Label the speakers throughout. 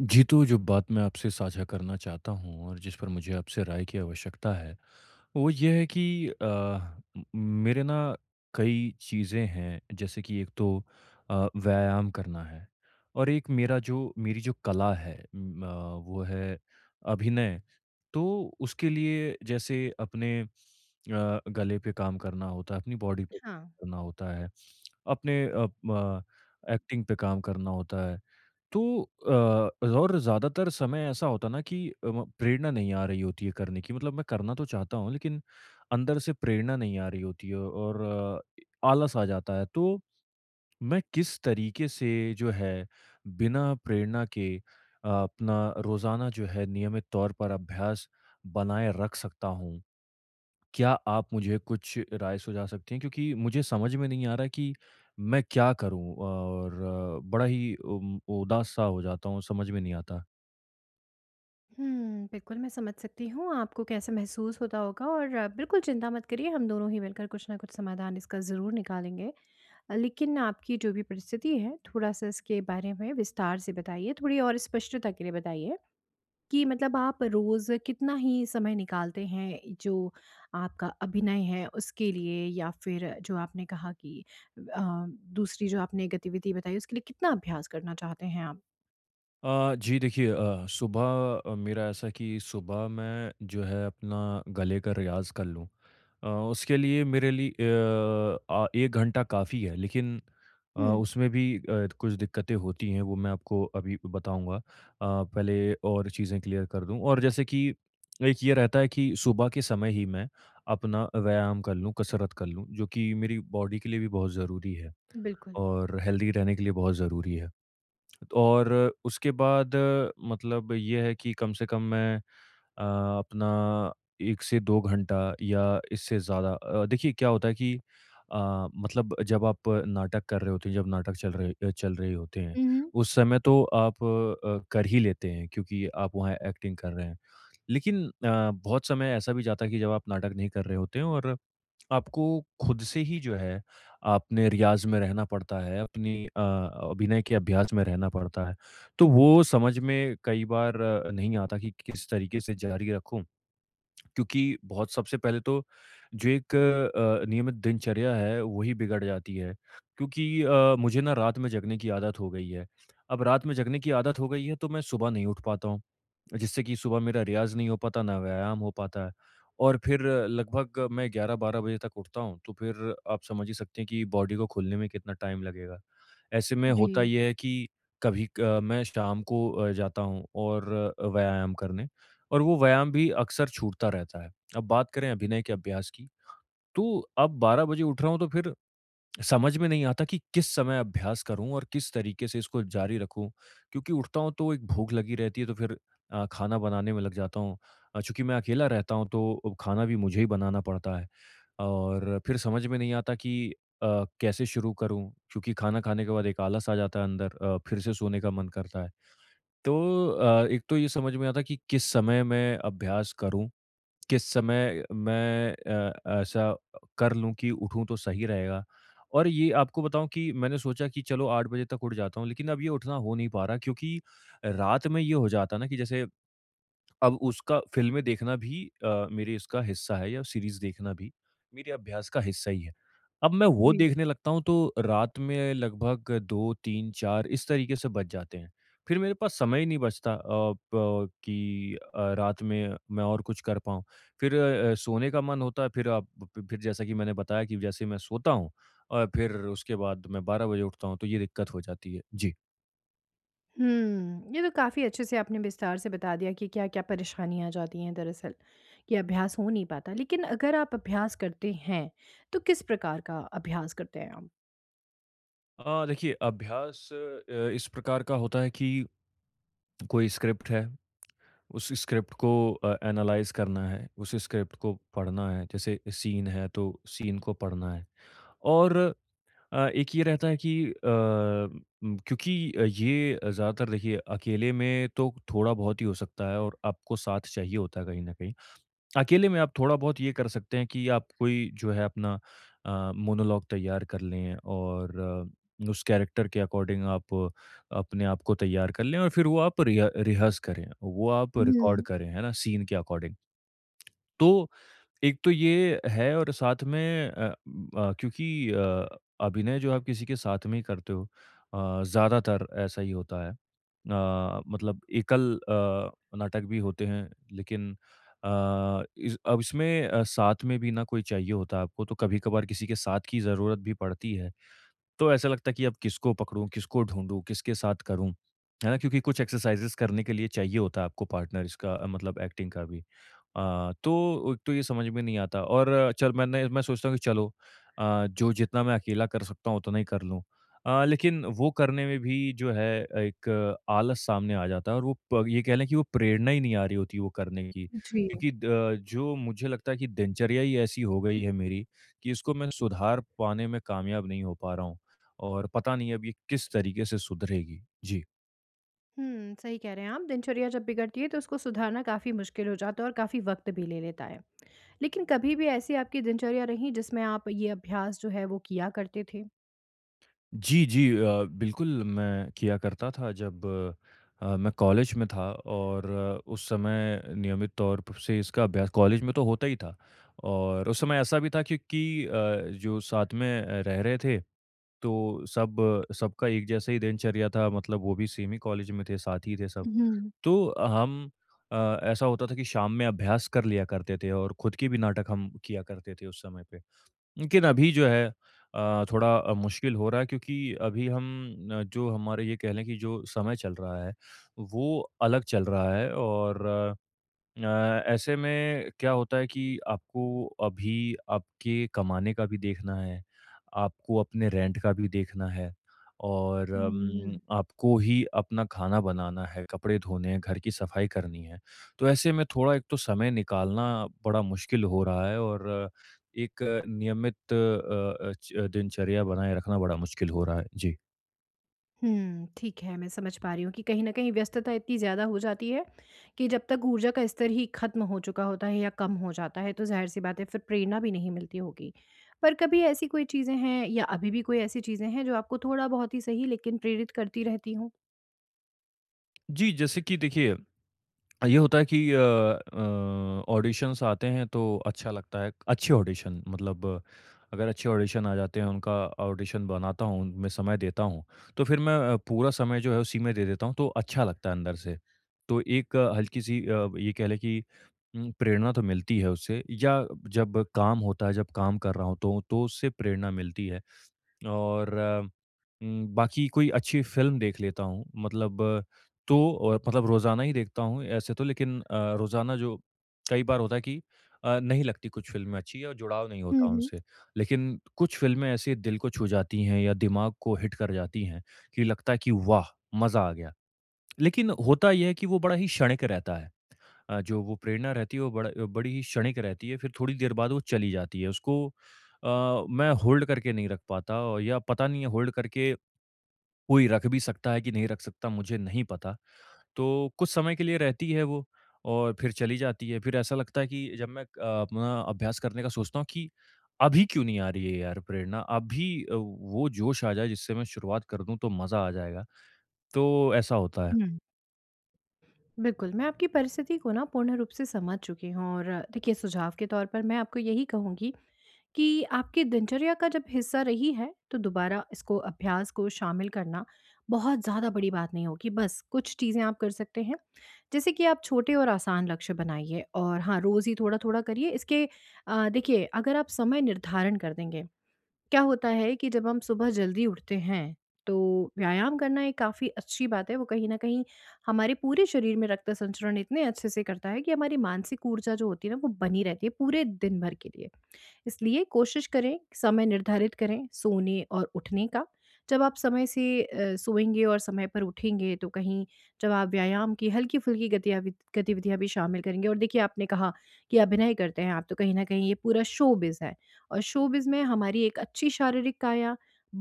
Speaker 1: जी, तो जो बात मैं आपसे साझा करना चाहता हूँ और जिस पर मुझे आपसे राय की आवश्यकता है, वो ये है कि अ, म मेरे ना कई चीज़ें हैं, जैसे कि एक तो व्यायाम करना है और एक मेरा जो मेरी जो कला है वो है अभिनय। तो उसके लिए जैसे अपने गले पे काम करना होता है, अपनी बॉडी पे
Speaker 2: हाँ।
Speaker 1: काम करना होता है, अपने अ, म एक्टिंग पे काम करना होता है। तो और ज़्यादातर समय ऐसा होता ना कि अ, म प्रेरणा नहीं आ रही होती है करने की, मतलब मैं करना तो चाहता हूँ लेकिन अंदर से प्रेरणा नहीं आ रही होती है और आलस आ जाता है। तो मैं किस तरीके से जो है बिना प्रेरणा के अपना रोज़ाना जो है नियमित तौर पर अभ्यास बनाए रख सकता हूँ? क्या आप मुझे कुछ राय सुझा सकते हैं? क्योंकि मुझे समझ में नहीं आ रहा कि मैं क्या करूँ और बड़ा ही उदास-सा हो जाता हूँ, समझ में नहीं आता।
Speaker 2: बिल्कुल मैं समझ सकती हूँ आपको कैसा महसूस होता होगा और बिल्कुल चिंता मत करिए, हम दोनों ही मिलकर कुछ ना कुछ समाधान इसका ज़रूर निकालेंगे। लेकिन आपकी जो भी परिस्थिति है थोड़ा-सा इसके बारे में विस्तार से बताइए, थोड़ी और स्पष्टता के लिए बताइए कि मतलब आप रोज़ कितना ही समय निकालते हैं जो आपका अभिनय है उसके लिए, या फिर जो आपने कहा कि अ, दूसरी जो आपने गतिविधि बताई उसके लिए कितना अभ्यास करना चाहते हैं आप?
Speaker 1: जी देखिए, सुबह मेरा ऐसा कि सुबह मैं जो है अपना गले का रियाज़ कर लूँ। उसके लिए मेरे लिए अ, आ 1 घंटा काफ़ी है, लेकिन
Speaker 2: हुँ,
Speaker 1: उसमें भी कुछ दिक्कतें होती हैं वो मैं आपको अभी बताऊँगा। पहले और चीज़ें क्लियर कर दूँ, और जैसे कि एक ये रहता है कि सुबह के समय ही मैं अपना व्यायाम कर लूँ, कसरत कर लूँ, जो कि मेरी बॉडी के लिए भी बहुत ज़रूरी है
Speaker 2: बिल्कुल।
Speaker 1: और हेल्दी रहने के लिए बहुत ज़रूरी है। और उसके बाद मतलब ये है कि कम से कम मैं अ, अपना 1 से 2 घंटा या इससे ज़्यादा देखिए क्या होता है कि मतलब जब आप नाटक कर रहे होते हैं, जब नाटक चल रहे अ, चल रहे होते हैं,
Speaker 2: हुँ, हुँ।
Speaker 1: उस समय तो आप कर ही लेते हैं क्योंकि आप वहाँ एक्टिंग कर रहे हैं। लेकिन बहुत समय ऐसा भी जाता है कि जब आप नाटक नहीं कर रहे होते हैं और आपको खुद से ही जो है आपने रियाज़ में रहना पड़ता है, अपनी अभिनय के अभ्यास में रहना पड़ता है। तो वो समझ में कई बार नहीं आता कि किस तरीके से जारी रखूँ। क्योंकि बहुत सबसे पहले तो जो एक नियमित दिनचर्या है वही बिगड़ जाती है क्योंकि मुझे ना रात में जगने की आदत हो गई है। अब रात में जगने की आदत हो गई है तो मैं सुबह नहीं उठ पाता हूँ, जिससे कि सुबह मेरा रियाज़ नहीं हो पाता, ना व्यायाम हो पाता है और फिर लगभग मैं 11, 12 बजे तक उठता हूँ तो फिर आप समझ ही सकते हैं कि बॉडी को खुलने में कितना टाइम लगेगा। ऐसे में होता
Speaker 2: जी,
Speaker 1: ये है कि कभी क मैं शाम को जाता हूँ और व्यायाम करने। और वो व्यायाम भी अक्सर छूटता रहता है। अब बात करें अभिनय के अभ्यास की, तो अब 12 बजे उठ रहा हूँ तो फिर समझ में नहीं आता कि किस समय अभ्यास करूँ और किस तरीके से इसको जारी रखूँ? क्योंकि उठता हूँ तो एक भूख लगी रहती है तो फिर खाना बनाने में लग जाता हूँ। चूँकि मैं अकेला रहता हूँ तो खाना भी मुझे ही बनाना पड़ता है और फिर समझ में नहीं आता कि अ, कैसे शुरू करूँ? क्योंकि खाना खाने के बाद एक आलस आ जाता है अंदर, फिर से सोने का मन करता है। तो एक तो ये समझ में आता कि किस समय मैं अभ्यास करूं, किस समय मैं ऐसा कर लूं कि उठूं तो सही रहेगा। और ये आपको बताऊं कि मैंने सोचा कि चलो 8 बजे तक उठ जाता हूं, लेकिन अब ये उठना हो नहीं पा रहा क्योंकि रात में ये हो जाता ना कि जैसे अब उसका फ़िल्में देखना भी मेरे इसका हिस्सा है या सीरीज़ देखना भी मेरे अभ्यास का हिस्सा ही है। अब मैं वो
Speaker 2: जी।
Speaker 1: देखने लगता हूँ तो रात में लगभग 2, 3, 4 इस तरीके से बज जाते हैं। फिर मेरे पास समय ही नहीं बचता अ, प कि रात में मैं और कुछ कर पाऊँ। फिर सोने का मन होता है, फिर आप फ फिर जैसा कि मैंने बताया कि जैसे मैं सोता हूँ और फिर उसके बाद मैं 12 बजे उठता हूँ तो ये दिक्कत हो जाती है। जी।
Speaker 2: हुँ। ये तो काफ़ी अच्छे से आपने विस्तार से बता दिया कि क्या-क्या परेशानियाँ आ जाती हैं दरअसल, कि अभ्यास हो नहीं पाता। लेकिन अगर आप अभ्यास करते हैं, तो किस प्रकार का अभ्यास करते हैं आप?
Speaker 1: देखिए अभ्यास इस प्रकार का होता है कि कोई स्क्रिप्ट है, उस स्क्रिप्ट को एनालाइज़ करना है, उस स्क्रिप्ट को पढ़ना है, जैसे सीन है तो सीन को पढ़ना है। और एक ये रहता है कि क्योंकि ये ज़्यादातर देखिए अकेले में तो थोड़ा बहुत ही हो सकता है और आपको साथ चाहिए होता है कहीं न कहीं। अकेले में आप थोड़ा बहुत ये कर सकते हैं कि आप कोई जो है अपना मोनोलॉग तैयार कर लें और उस कैरेक्टर के अकॉर्डिंग आप अपने आप को तैयार कर लें और फिर वो आप रिहर्स करें, वो आप रिकॉर्ड
Speaker 2: हुँ।
Speaker 1: करें, है ना, सीन के अकॉर्डिंग। तो एक तो ये है और साथ में क्योंकि अ, अभिनय जो आप किसी के साथ में ही करते हो, ज़्यादातर ऐसा ही होता है। मतलब एकल नाटक भी होते हैं, लेकिन अ, इस अब इसमें साथ में भी ना कोई चाहिए होता है आपको, तो कभी-कभार किसी के साथ की ज़रूरत भी पड़ती है। तो ऐसा लगता है कि अब किसको पकड़ूँ, किसको ढूँढूँ, किसके साथ करूँ, है ना? क्योंकि कुछ एक्सरसाइज़ेज़ करने के लिए चाहिए होता है आपको पार्टनर, इसका मतलब एक्टिंग का भी। तो एक तो ये समझ में नहीं आता और चल मैंने मैं सोचता हूँ कि चलो जो जितना मैं अकेला कर सकता हूँ उतना ही कर लूँ। लेकिन वो करने में भी जो है एक आलस सामने आ जाता है और वो प ये कह लें कि वो प्रेरणा ही नहीं आ रही होती वो करने की।
Speaker 2: जी।
Speaker 1: क्योंकि द जो मुझे लगता है कि दिनचर्या ही ऐसी हो गई है मेरी कि इसको मैं सुधार पाने में कामयाब नहीं हो पा रहा हूँ और पता नहीं अब ये किस तरीके से सुधरेगी। जी।
Speaker 2: सही कह रहे हैं आप। दिनचर्या जब बिगड़ती है तो उसको सुधारना काफ़ी मुश्किल हो जाता है और काफ़ी वक़्त भी ले लेता है। लेकिन कभी भी ऐसी आपकी दिनचर्या रही जिसमें आप ये अभ्यास जो है वो किया करते थे?
Speaker 1: जी, बिल्कुल मैं किया करता था जब मैं कॉलेज में था, और उस समय नियमित तौर प से इसका अभ्यास कॉलेज में तो होता ही था और उस समय ऐसा भी था क्योंकि जो साथ में रह रहे थे, तो सब सबका एक जैसा ही दिनचर्या था, मतलब वो भी सेम ही कॉलेज में थे, साथ ही थे सब।
Speaker 2: हुँ।
Speaker 1: तो अ, ऐसा होता था कि शाम में अभ्यास कर लिया करते थे और खुद की भी नाटक हम किया करते थे उस समय पे। लेकिन अभी जो है थोड़ा मुश्किल हो रहा है क्योंकि अभी जो हमारे ये कह लें कि जो समय चल रहा है, वो अलग चल रहा है और अ, ऐसे में क्या होता है कि आपको अभी आपके कमाने का भी देखना है, आपको अपने रेंट का भी देखना है और
Speaker 2: हुँ।
Speaker 1: आपको ही अपना खाना बनाना है, कपड़े धोने हैं, घर की सफाई करनी है। तो ऐसे में थोड़ा एक तो समय निकालना बड़ा मुश्किल हो रहा है और एक अ, नियमित अ, अ, च दिनचर्या बनाए रखना बड़ा मुश्किल हो रहा है। जी।
Speaker 2: ठीक है, मैं समझ पा रही हूँ कि कहीं न कहीं व्यस्तता इतनी ज़्यादा हो जाती है कि जब तक ऊर्जा का स्तर ही ख़त्म हो चुका होता है या कम हो जाता है, तो ज़ाहिर-सी बात है फिर प्रेरणा भी नहीं मिलती होगी। पर कभी ऐसी कोई चीज़ें हैं या अभी भी कोई ऐसी चीज़ें हैं जो आपको थोड़ा बहुत ही सही, लेकिन प्रेरित करती रहती हों?
Speaker 1: जी, जैसे कि देखिए ये होता है कि ऑडिशंस आते हैं तो अच्छा लगता है। अच्छे ऑडिशन मतलब, अगर अच्छे ऑडिशन आ जाते हैं, उनका ऑडिशन बनाता हूँ, उनमें समय देता हूँ, तो फिर मैं पूरा समय जो है उसी में दे देता हूँ, तो अच्छा लगता है अंदर से। तो एक हल्की-सी ये कह लें कि प्रेरणा तो मिलती है उससे, या जब काम होता है, जब काम कर रहा होता हूँ, तो उससे प्रेरणा मिलती है। और बाकी कोई अच्छी फ़िल्म देख लेता हूँ, मतलब तो और मतलब रोज़ाना ही देखता हूँ ऐसे तो, लेकिन रोज़ाना जो कई बार होता है कि नहीं लगती कुछ फ़िल्में अच्छी या जुड़ाव नहीं
Speaker 2: हुँ,
Speaker 1: होता
Speaker 2: हुँ।
Speaker 1: उनसे। लेकिन कुछ फ़िल्में ऐसे दिल को छू जाती हैं या दिमाग को हिट कर जाती हैं कि लगता है कि वाह! मज़ा आ गया। लेकिन होता ये है कि वो बड़ा ही क्षणिक रहता है। जो वो प्रेरणा रहती है वो बड़ा बड़ी ही क्षणिक रहती है, फिर थोड़ी देर बाद वो चली जाती है। उसको अ, मैं होल्ड करके नहीं रख पाता, और या पता नहीं है होल्ड करके कोई रख भी सकता है कि नहीं रख सकता, मुझे नहीं पता। तो कुछ समय के लिए रहती है वो और फिर चली जाती है। फिर ऐसा लगता है कि जब मैं अपना अभ्यास करने का सोचता हूँ कि अभी क्यों नहीं आ रही है यार प्रेरणा? अभी वो जोश आ जाए जिससे मैं शुरुआत कर दूँ तो मज़ा आ जाएगा। तो ऐसा होता है।
Speaker 2: हुँ, बिल्कुल, मैं आपकी परिस्थिति को ना पूर्ण रूप से समझ चुकी हूँ, और देखिए सुझाव के तौर पर मैं आपको यही कहूँगी कि आपकी दिनचर्या का जब हिस्सा रही है, तो दोबारा इसको अभ्यास को शामिल करना बहुत ज़्यादा बड़ी बात नहीं होगी। बस कुछ चीज़ें आप कर सकते हैं, जैसे कि आप छोटे और आसान लक्ष्य बनाइए और हाँ, रोज़ ही थोड़ा-थोड़ा करिए। इसके देखिए अगर आप समय निर्धारण कर देंगे, क्या होता है कि जब हम सुबह जल्दी उठते हैं, तो व्यायाम करना एक काफ़ी अच्छी बात है। वो कहीं न कहीं हमारे पूरे शरीर में रक्त संचरण इतने अच्छे से करता है कि हमारी मानसिक ऊर्जा जो होती है ना, वो बनी रहती है पूरे दिन भर के लिए। इसलिए कोशिश करें, समय निर्धारित करें सोने और उठने का। जब आप समय से सोएँगे और समय पर उठेंगे, तो कहीं जब आप व्यायाम की हल्की-फुल्की गतियावि गतिविधियाँ भी शामिल करेंगे, और देखिए आपने कहा कि अभिनय करते हैं आप तो कहीं न कहीं ये पूरा शोबिज़ है, और शोबिज़ में हमारी एक अच्छी शारीरिक काया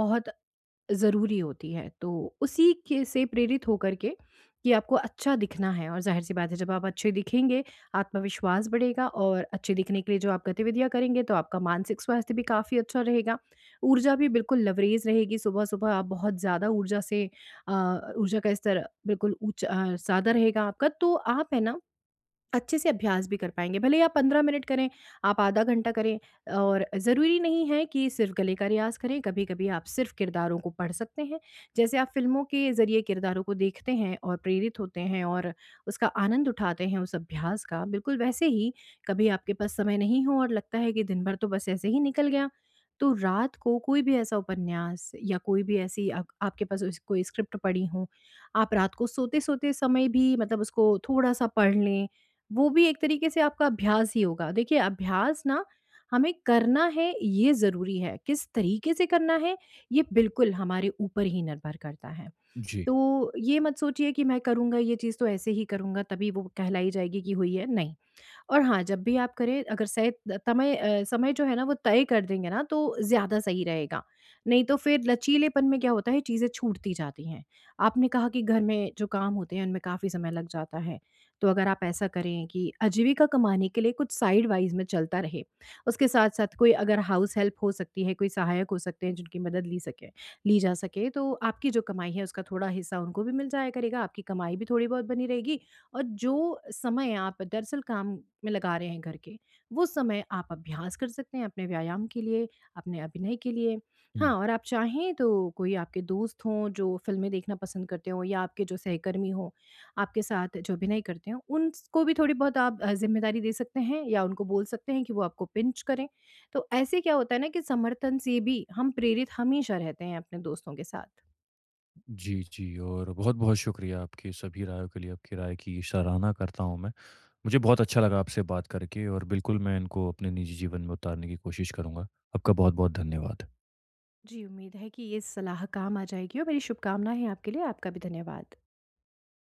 Speaker 2: बहुत ज़रूरी होती है। तो उसी के से प्रेरित होकर के कि आपको अच्छा दिखना है, और ज़ाहिर-सी बात है जब आप अच्छे दिखेंगे, आत्मविश्वास बढ़ेगा और अच्छे दिखने के लिए जो आप गतिविधियाँ करेंगे तो आपका मानसिक स्वास्थ्य भी काफ़ी अच्छा रहेगा। ऊर्जा भी बिल्कुल लबरेज़ रहेगी, सुबह-सुबह आप बहुत ज़्यादा ऊर्जा से अ, ऊर्जा का स्तर बिल्कुल ज़्यादा रहेगा आपका। तो आप है ना अच्छे से अभ्यास भी कर पाएँगे। भले ही आप 15 मिनट करें, आप आधा घंटा करें, और ज़रूरी नहीं है कि सिर्फ़ गले का रियाज़ करें, कभी-कभी आप सिर्फ़ किरदारों को पढ़ सकते हैं। जैसे आप फ़िल्मों के ज़रिए किरदारों को देखते हैं और प्रेरित होते हैं और उसका आनंद उठाते हैं उस अभ्यास का, बिल्कुल वैसे ही कभी आपके पास समय नहीं हो और लगता है कि दिन भर तो बस ऐसे ही निकल गया, तो रात को कोई भी ऐसा उपन्यास या कोई भी ऐसी आप आपके पास उस कोई स्क्रिप्ट पड़ी हो, आप रात को सोते-सोते समय भी मतलब उसको थोड़ा-सा पढ़ लें, वो भी एक तरीके से आपका अभ्यास ही होगा। देखिए अभ्यास ना हमें करना है ये ज़रूरी है, किस तरीके से करना है ये बिल्कुल हमारे ऊपर ही निर्भर करता है।
Speaker 1: जी।
Speaker 2: तो ये मत सोचिए कि मैं करूँगा ये चीज़ तो ऐसे ही करूँगा तभी वो कहलाई जाएगी कि हुई है, नहीं। और हाँ, जब भी आप करें, अगर समय जो है ना वो तय कर देंगे ना तो ज़्यादा सही रहेगा। नहीं तो फिर लचीलेपन में क्या होता है चीज़ें छूटती जाती हैं। आपने कहा कि घर में जो काम होते हैं उनमें काफ़ी समय लग जाता है। तो अगर आप ऐसा करें कि आजीविका कमाने के लिए कुछ साइड वाइज़ में चलता रहे। उसके साथ-साथ कोई अगर हाउस हेल्प हो सकती है, कोई सहायक हो सकते हैं जिनकी मदद ली सके ली जा सके, तो आपकी जो कमाई है उसका थोड़ा हिस्सा उनको भी मिल जाया करेगा, आपकी कमाई भी थोड़ी बहुत बनी रहेगी, और जो समय आप दरअसल काम में लगा रहे हैं घर के, वो समय आप अभ्यास कर सकते हैं अपने व्यायाम के लिए, अपने अभिनय के लिए। हाँ, और आप चाहें तो कोई आपके दोस्त हों जो फ़िल्में देखना पसंद करते हों, या आपके जो सहकर्मी हों, आपके साथ जो अभिनय करते हों, उनको भी थोड़ी बहुत आप ज़िम्मेदारी दे सकते हैं या उनको बोल सकते हैं कि वो आपको पिंच करें। तो ऐसे क्या होता है ना कि समर्थन से भी हम प्रेरित हमेशा रहते हैं अपने दोस्तों के साथ।
Speaker 1: जी, जी, और बहुत-बहुत शुक्रिया आपकी सभी रायों के लिए, आपकी राय की सराहना करता हूँ मैं। मुझे बहुत अच्छा लगा आपसे बात करके और बिल्कुल मैं इनको अपने निजी जीवन में उतारने की कोशिश करूँगा। आपका बहुत-बहुत धन्यवाद।
Speaker 2: जी, उम्मीद है कि ये सलाह काम आ जाएगी और मेरी शुभकामनाएँ हैं आपके लिए। आपका भी धन्यवाद।